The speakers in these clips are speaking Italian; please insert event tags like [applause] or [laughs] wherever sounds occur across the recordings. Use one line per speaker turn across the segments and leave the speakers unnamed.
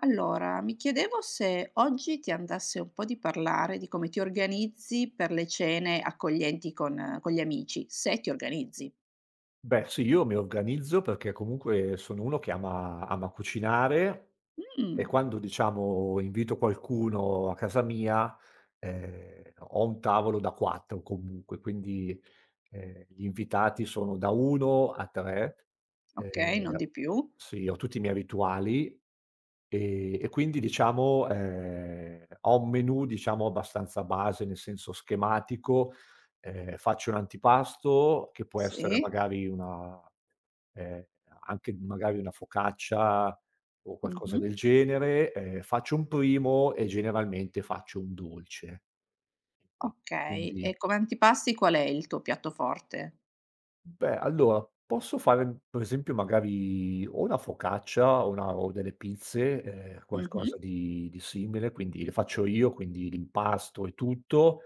Allora, mi chiedevo se oggi ti andasse un po' di parlare di come ti organizzi per le cene accoglienti con gli amici, se ti organizzi.
Beh sì, io mi organizzo perché comunque sono uno che ama cucinare e
Mm.
quando diciamo invito qualcuno a casa mia, ho un tavolo da 4 comunque, quindi, gli invitati sono da 1 a 3.
Ok, non
Ehm,
di più.
sì, ho tutti i miei rituali, e quindi diciamo, ho un menù diciamo abbastanza base, nel senso schematico. Faccio un antipasto che può essere
Sì.
magari una ehm, anche magari una focaccia o qualcosa
Mhm.
del genere, faccio un primo e generalmente faccio un dolce. Eh,
Ok,
Quindi
e come antipasti qual è il tuo piatto forte?
Beh, allora posso fare, per esempio, magari o una focaccia o una o delle pizze, qualcosa
Mhm.
di simile, quindi le faccio io, quindi l'impasto e tutto,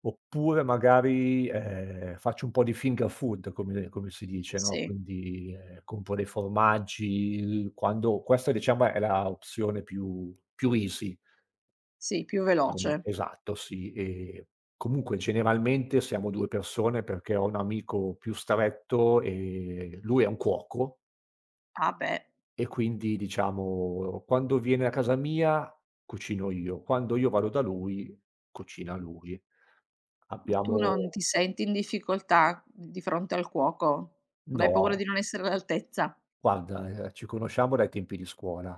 oppure magari, faccio un po' di finger food come si dice, no,
Sì,
quindi, compro dei formaggi, quando questa diciamo è la opzione più easy.
sì, più
Ah. Com
veloce.
Esatto, sì. E comunque generalmente siamo 2 persone perché ho un amico più stretto e lui è un cuoco
Ah beh,
e quindi diciamo quando viene a casa mia cucino io, quando io vado da lui cucina lui.
ma tu non
Abbiamo
ti senti in difficoltà di fronte al cuoco? Non hai paura
No,
di non essere all'altezza?
guarda, ci conosciamo dai tempi di scuola.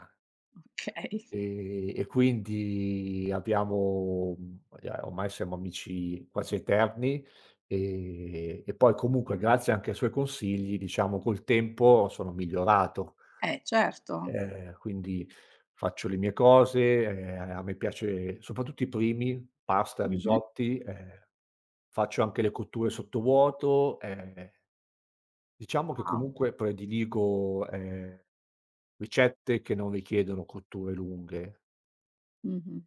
Ok,
E quindi ormai siamo amici quasi eterni, e poi comunque grazie anche ai suoi consigli, diciamo col tempo sono migliorato.
eh certo.
Quindi faccio le mie cose, a me piace soprattutto i primi, pasta,
Mhm.
risotti, faccio anche le cotture sottovuoto, diciamo che
Wow.
comunque prediligo, ricette che non richiedono cotture lunghe.
Mh-mh.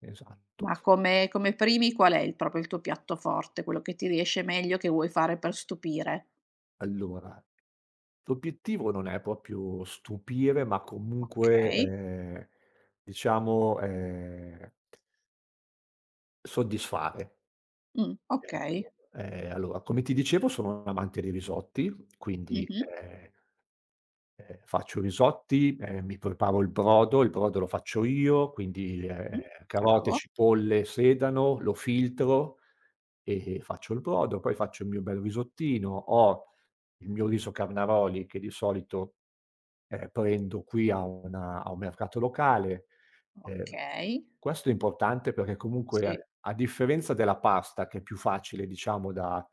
Esatto.
Ma come primi qual è il tuo piatto forte, quello che ti riesce meglio, che vuoi fare per stupire?
Allora, l'obiettivo non è proprio stupire, ma comunque,
Okay.
diciamo, soddisfare,
Okay.
ecco. Allora, come ti dicevo sono un amante dei risotti, quindi,
Mh-mh,
faccio i risotti, mi preparo il brodo lo faccio io, quindi,
mh,
carote,
bravo.
cipolle, sedano, lo filtro e faccio il brodo, poi faccio il mio bel risottino. Ho Il mio riso Carnaroli, che di solito, prendo qui a una a un mercato locale. Ehm,
Okay,
Questo è importante perché comunque, a
sì.
a differenza della pasta che è più facile diciamo da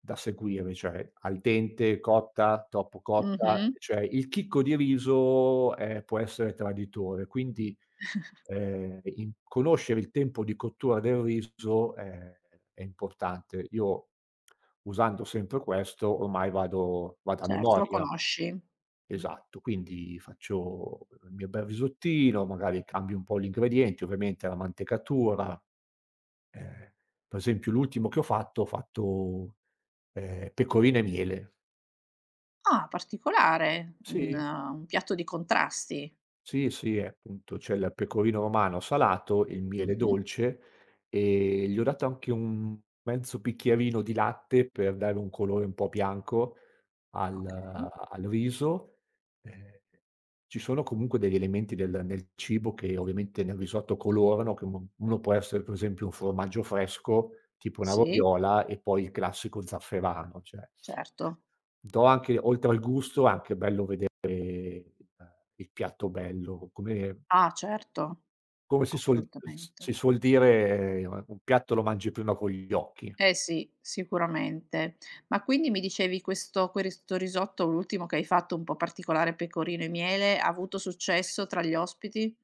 da seguire, cioè al dente, cotta, troppo cotta,
Mh-mh.
cioè il chicco di riso, può essere traditore, quindi in conoscere il tempo di cottura del riso è importante. Io usando sempre questo ormai vado a
Certo, lo
memoria.
conosci. Mh.
Esatto, quindi faccio il mio bel risottino, magari cambio un po' gli ingredienti, ovviamente la mantecatura. Ehm, per esempio l'ultimo che ho fatto, ho fatto pecorine e miele.
Ah, particolare. Un
Sì.
un piatto di contrasti.
Sì, sì, appunto, c'è il pecorino romano salato, il miele
Mh-mh.
dolce e gli ho dato anche un mezzo bicchierino di latte per dare un colore un po' bianco al
Okay.
al riso. Ehm, Ci sono comunque degli elementi del nel cibo che ovviamente nel risotto colorano, che uno può essere per esempio un formaggio fresco, tipo una
Sì,
roviola e poi il classico zafferano, cioè
certo.
do anche oltre al gusto, è anche bello vedere il piatto bello, come
Ah, certo,
come si suol s
assolutamente.
si suol dire, un piatto lo mangi prima con gli occhi.
Eh sì, sicuramente. Ma quindi mi dicevi questo risotto, l'ultimo che hai fatto un po' particolare, pecorino e miele, ha avuto successo tra gli ospiti?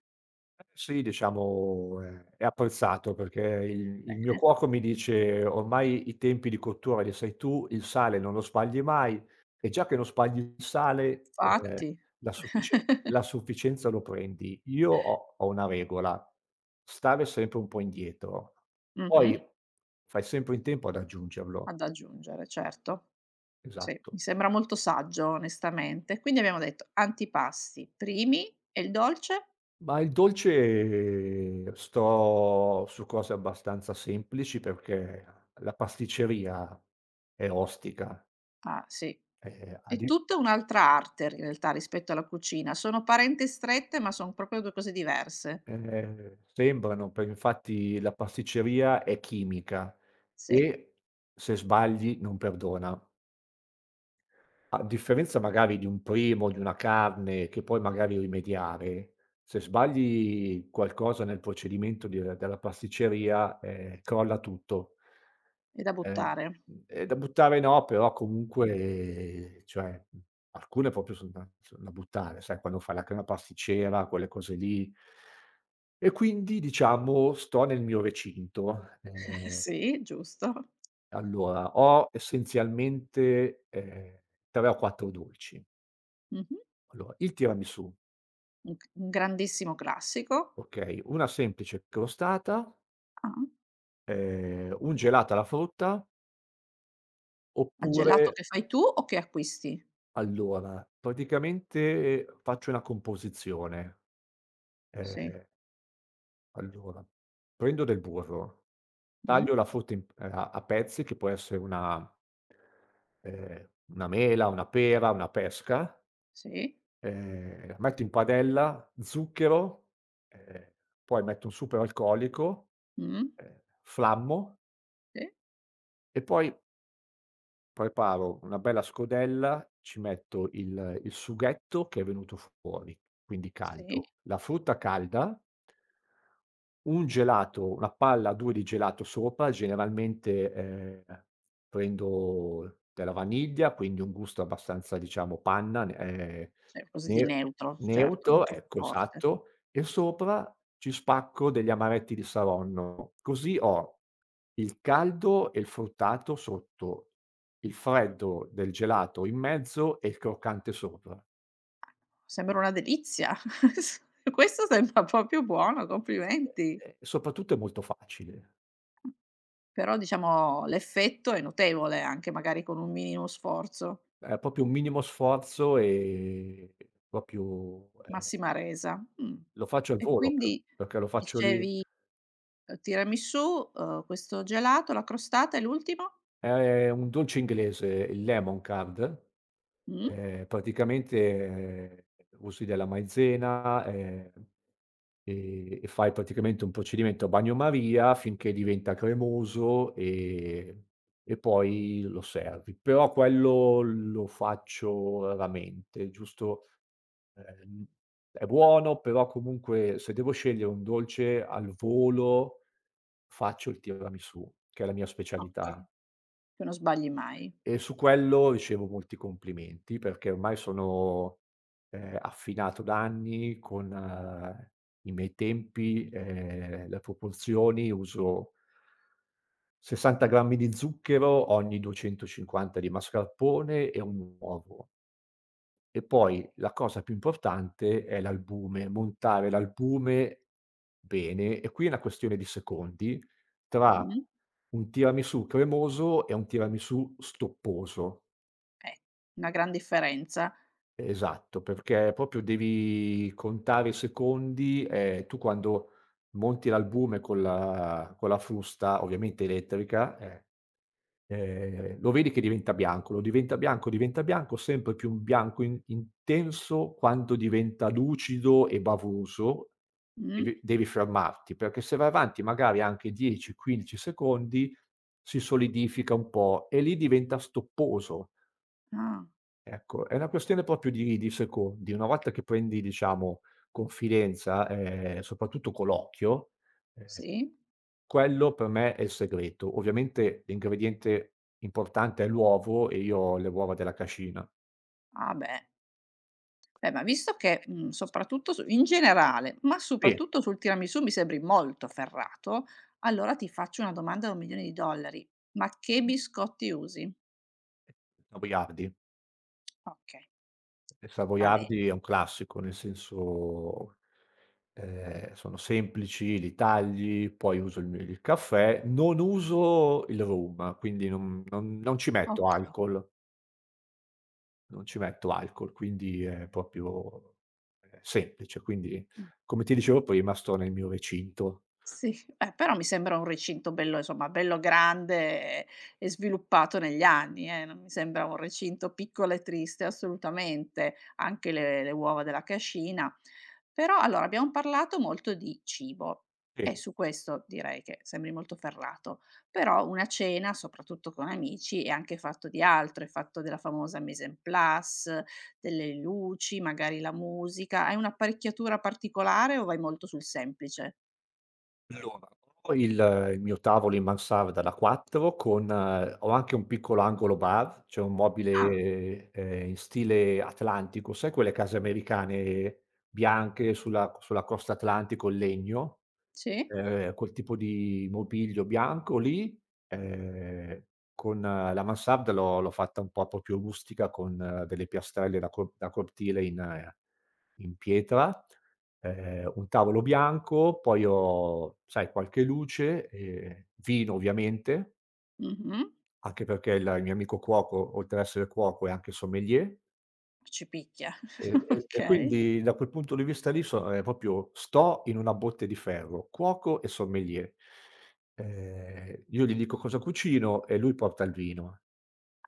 Sì, diciamo è apprezzato perché il mio
Bene,
cuoco mi dice: "Ormai i tempi di cottura li sai tu, il sale non lo sbagli mai e già che non sbagli il sale,
fatti.
la sufficie
[laughs]
la sufficienza lo prendi". Io ho una regola: stare sempre un po' indietro,
Mh-mh.
poi fai sempre in tempo ad aggiungerlo.
Ad aggiungere, certo. Sì, mi
Esatto.
sembra molto saggio onestamente. Quindi abbiamo detto antipasti, primi e il dolce?
Ma il dolce sto su cose abbastanza semplici perché la pasticceria è ostica,
Ah, sì.
a
È
di
tutta un'altra arte in realtà rispetto alla cucina. Sono parenti strette, ma son proprio 2 cose diverse.
sembrano per infatti la pasticceria è chimica
Sì,
e se sbagli non perdona. A differenza magari di un primo, di una carne che puoi magari rimediare, se sbagli qualcosa nel procedimento di della pasticceria, crolla tutto.
è da
Eh,
buttare.
è da buttare no, però
Mh.
comunque cioè, alcune proprio son da buttare, sai quando fai la crema pasticcera, quelle cose lì. E quindi diciamo sto nel mio recinto.
[laughs] Sì, giusto.
Allora ho essenzialmente, 3 o 4 dolci.
Mh-mh.
Allora, il tiramisù,
Un grandissimo classico.
okay, una semplice crostata,
Ah,
un gelato alla frutta,
ma
oppure
gelato che fai tu o che acquisti?
allora praticamente faccio una composizione.
Sì.
Ehm, allora, prendo del burro,
Mh.
taglio la frutta in a a pezzi che può essere una mela, una pera, una pesca,
Sì.
la metto in padella, zucchero, ehm, poi metto un superalcolico,
Mh.
flammo
Sì.
e poi preparo una bella scodella, ci metto il sughetto che è venuto fuori, quindi caldo,
Sì.
la frutta calda, un gelato, una palla o 2 di gelato sopra, generalmente, prendo della vaniglia, quindi un gusto abbastanza diciamo panna, n
Cioè qualcosa di
ne
neutro, certo, non
neutro,
troppo
ecco
forte.
esatto. E sopra ci spacco degli amaretti di Saronno, così ho il caldo e il fruttato sotto, il freddo del gelato in mezzo e il croccante sopra.
Sembra una delizia. [laughs] S Questo sembra proprio buono, complimenti.
E e soprattutto è molto facile.
Però diciamo l'effetto è notevole, anche magari con un minimo sforzo.
È proprio un minimo sforzo, proprio,
Massima resa. Mh.
lo faccio al
E
volo
quindi
perché lo faccio lì.
dicevi tiramisù, questo gelato, la crostata e l'ultimo?
È un dolce inglese, il lemon curd,
Mh?
praticamente usi della maizena, e fai praticamente un procedimento a bagnomaria finché diventa cremoso, e poi lo servi. Però quello lo faccio raramente, giusto, ehm, è buono, però comunque se devo scegliere un dolce al volo, faccio il tiramisù, che è la mia
Okay,
specialità.
che non sbagli mai.
E su quello ricevo molti complimenti perché ormai sono, affinato da anni con i miei tempi, le proporzioni, uso 60 grammi di zucchero ogni 250 di mascarpone e un uovo. E poi la cosa più importante è l'albume, montare l'albume bene, e qui è una questione di secondi tra
Mh?
un tiramisù cremoso e un tiramisù stopposo.
Eh, una gran differenza.
Esatto, perché proprio devi contare i secondi e tu quando monti l'albume con la frusta, ovviamente elettrica, lo vedi che diventa bianco, lo diventa bianco, sempre più un bianco in intenso quando diventa lucido e bavoso,
Mh?
devi fermarti, perché se vai avanti magari anche 10, 15 secondi si solidifica un po' e lì diventa stopposo.
Ah,
Ecco, è una questione proprio di secondi. Una volta che prendi, diciamo, confidenza, soprattutto con l'occhio, ehm,
sì?
quello per me è il segreto. Ovviamente l'ingrediente importante è l'uovo e io ho le uova della cascina.
Ah beh. Ma visto che, soprattutto su in generale, ma
Sì,
soprattutto sul tiramisù mi sembri molto ferrato, allora ti faccio una domanda da 1.000.000 di dollari: ma che biscotti usi?
Savoiardi.
Okay,
Il
va bene,
Savoiardi è un classico, nel senso, sono semplici, li tagli, poi uso il caffè, non uso il rum, quindi non ci metto
okay.
alcol. Non ci metto alcol, quindi è proprio, semplice. Quindi,
Mh.
come ti dicevo prima, sto nel mio recinto
Sì, però mi sembra un recinto bello insomma, bello grande e e sviluppato negli anni, non mi sembra un recinto piccolo e triste assolutamente, anche le uova della cascina. Però allora abbiamo parlato molto di cibo e
e
su questo direi che sembri molto ferrato, però una cena, soprattutto con amici, è anche fatto di altro, è fatto della famosa mise en place, delle luci, magari la musica. Hai un'apparecchiatura particolare o vai molto sul semplice?
allora ho il mio tavolo in mansarda da 4 con ho anche un piccolo angolo bar, c'è un
Ah.
mobile, in stile atlantico, sai quelle case americane bianche sulla costa atlantico in legno?
Sì,
Quel tipo di mobilio bianco lì, ehm, con la mansarda l'ho fatta un po' proprio rustica con delle piastrelle da cortile in in pietra, un tavolo bianco, poi ho sai qualche luce, vino ovviamente,
mh-mh.
anche perché il mio amico cuoco, oltre a essere cuoco, è anche sommelier.
Ci picchia.
E
[laughs]
e e
Okay.
quindi da quel punto di vista lì so proprio sto in una botte di ferro, cuoco e sommelier. Io gli dico cosa cucino e lui porta il vino.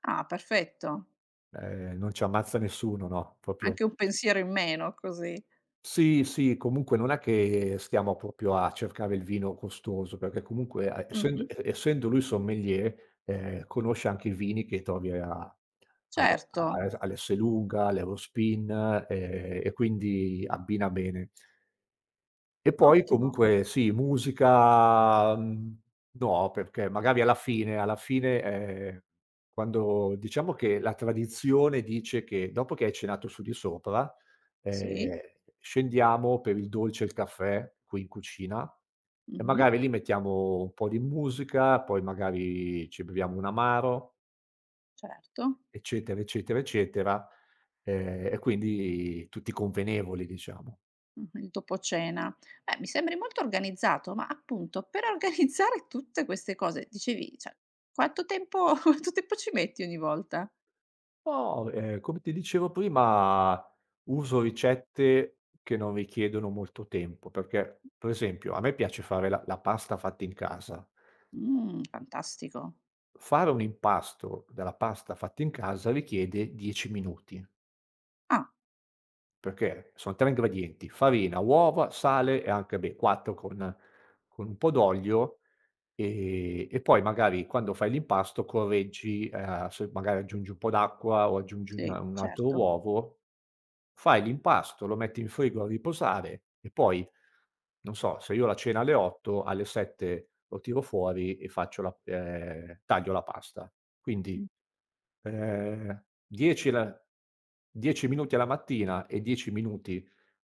Ah, perfetto.
Non ci ammazza nessuno, no, proprio
Anche un pensiero in meno così.
sì, sì, comunque non è che stiamo proprio a cercare il vino costoso, perché comunque a essendo
Mh-mh.
e essendo lui sommelier, conosce anche i vini che trovi a alle
Certo,
a all'Esselunga, all'Eurospin, e quindi abbina bene. E poi
ottimo.
comunque sì, musica, no, perché magari alla fine, quando diciamo che la tradizione dice che dopo che hai cenato su di sopra,
Sì,
ehm, scendiamo per il dolce e il caffè qui in cucina e
mh-mh,
magari lì mettiamo un po' di musica, poi magari ci beviamo un amaro,
certo.
eccetera, eccetera, eccetera, e quindi tutti convenevoli, diciamo.
Mh-mh, il dopo cena. Beh, mi sembri molto organizzato, ma appunto per [laughs] organizzare tutte queste cose, dicevi, cioè quanto tempo [laughs] quanto tempo ci metti ogni volta?
No, come ti dicevo prima uso ricette che non richiedono molto tempo, perché per esempio a me piace fare la pasta fatta in casa.
Fantastico.
Fare un impasto della pasta fatta in casa richiede 10 minuti.
Ah,
Perché sono 3 ingredienti: farina, uova, sale e anche beh, 4 con un po' d'olio, e poi magari quando fai l'impasto correggi, se magari aggiungi un po' d'acqua o aggiungi
sì,
un altro
certo.
uovo, fai l'impasto, lo metti in frigo a riposare e poi, non so, se io la cena alle 8, alle 7 lo tiro fuori e faccio la taglio la pasta. Quindi
Mh.
Ehm, 10 la 10 minuti alla mattina e 10 minuti,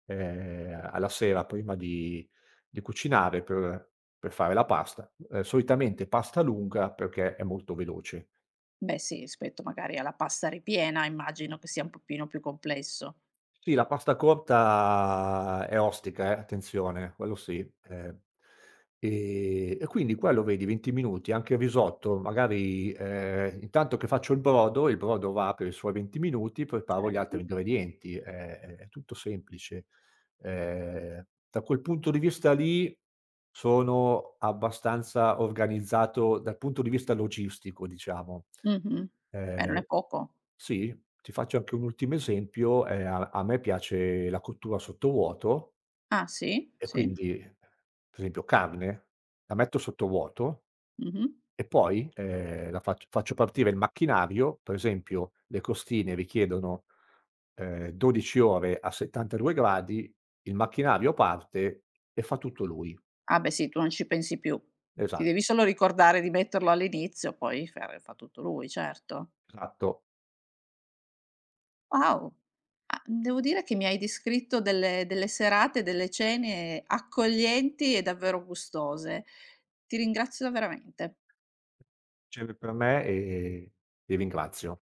alla sera prima di cucinare per fare la pasta. Solitamente pasta lunga perché è molto veloce.
Beh sì, rispetto magari alla pasta ripiena immagino che sia un pochino più complesso.
Sì, la pasta corta è ostica attenzione, quello sì. Ehm, e quindi quello vedi 20 minuti, anche il risotto magari, intanto che faccio il brodo va per i suoi 20 minuti, preparo gli altri
Certo.
ingredienti, è tutto semplice. Da quel punto di vista lì, sono abbastanza organizzato dal punto di vista logistico, diciamo.
Mh-mh. Beh, non
Ehm,
è poco.
sì, ti faccio anche un ultimo esempio: a me piace la cottura sottovuoto
Ah sì?
e
Sì.
quindi, per esempio carne, la metto sottovuoto
Mh-mh.
e poi, la fac faccio partire il macchinario, per esempio le costine richiedono, 12 ore a 72 gradi, il macchinario parte e fa tutto lui.
Ah beh sì, tu non ci pensi più. Ti
Esatto,
devi solo ricordare di metterlo all'inizio, poi fa tutto lui, certo.
esatto.
Wow! Ah, devo dire che mi hai descritto delle serate, delle cene accoglienti e davvero gustose. Ti ringrazio veramente.
Serve per me e ti ringrazio.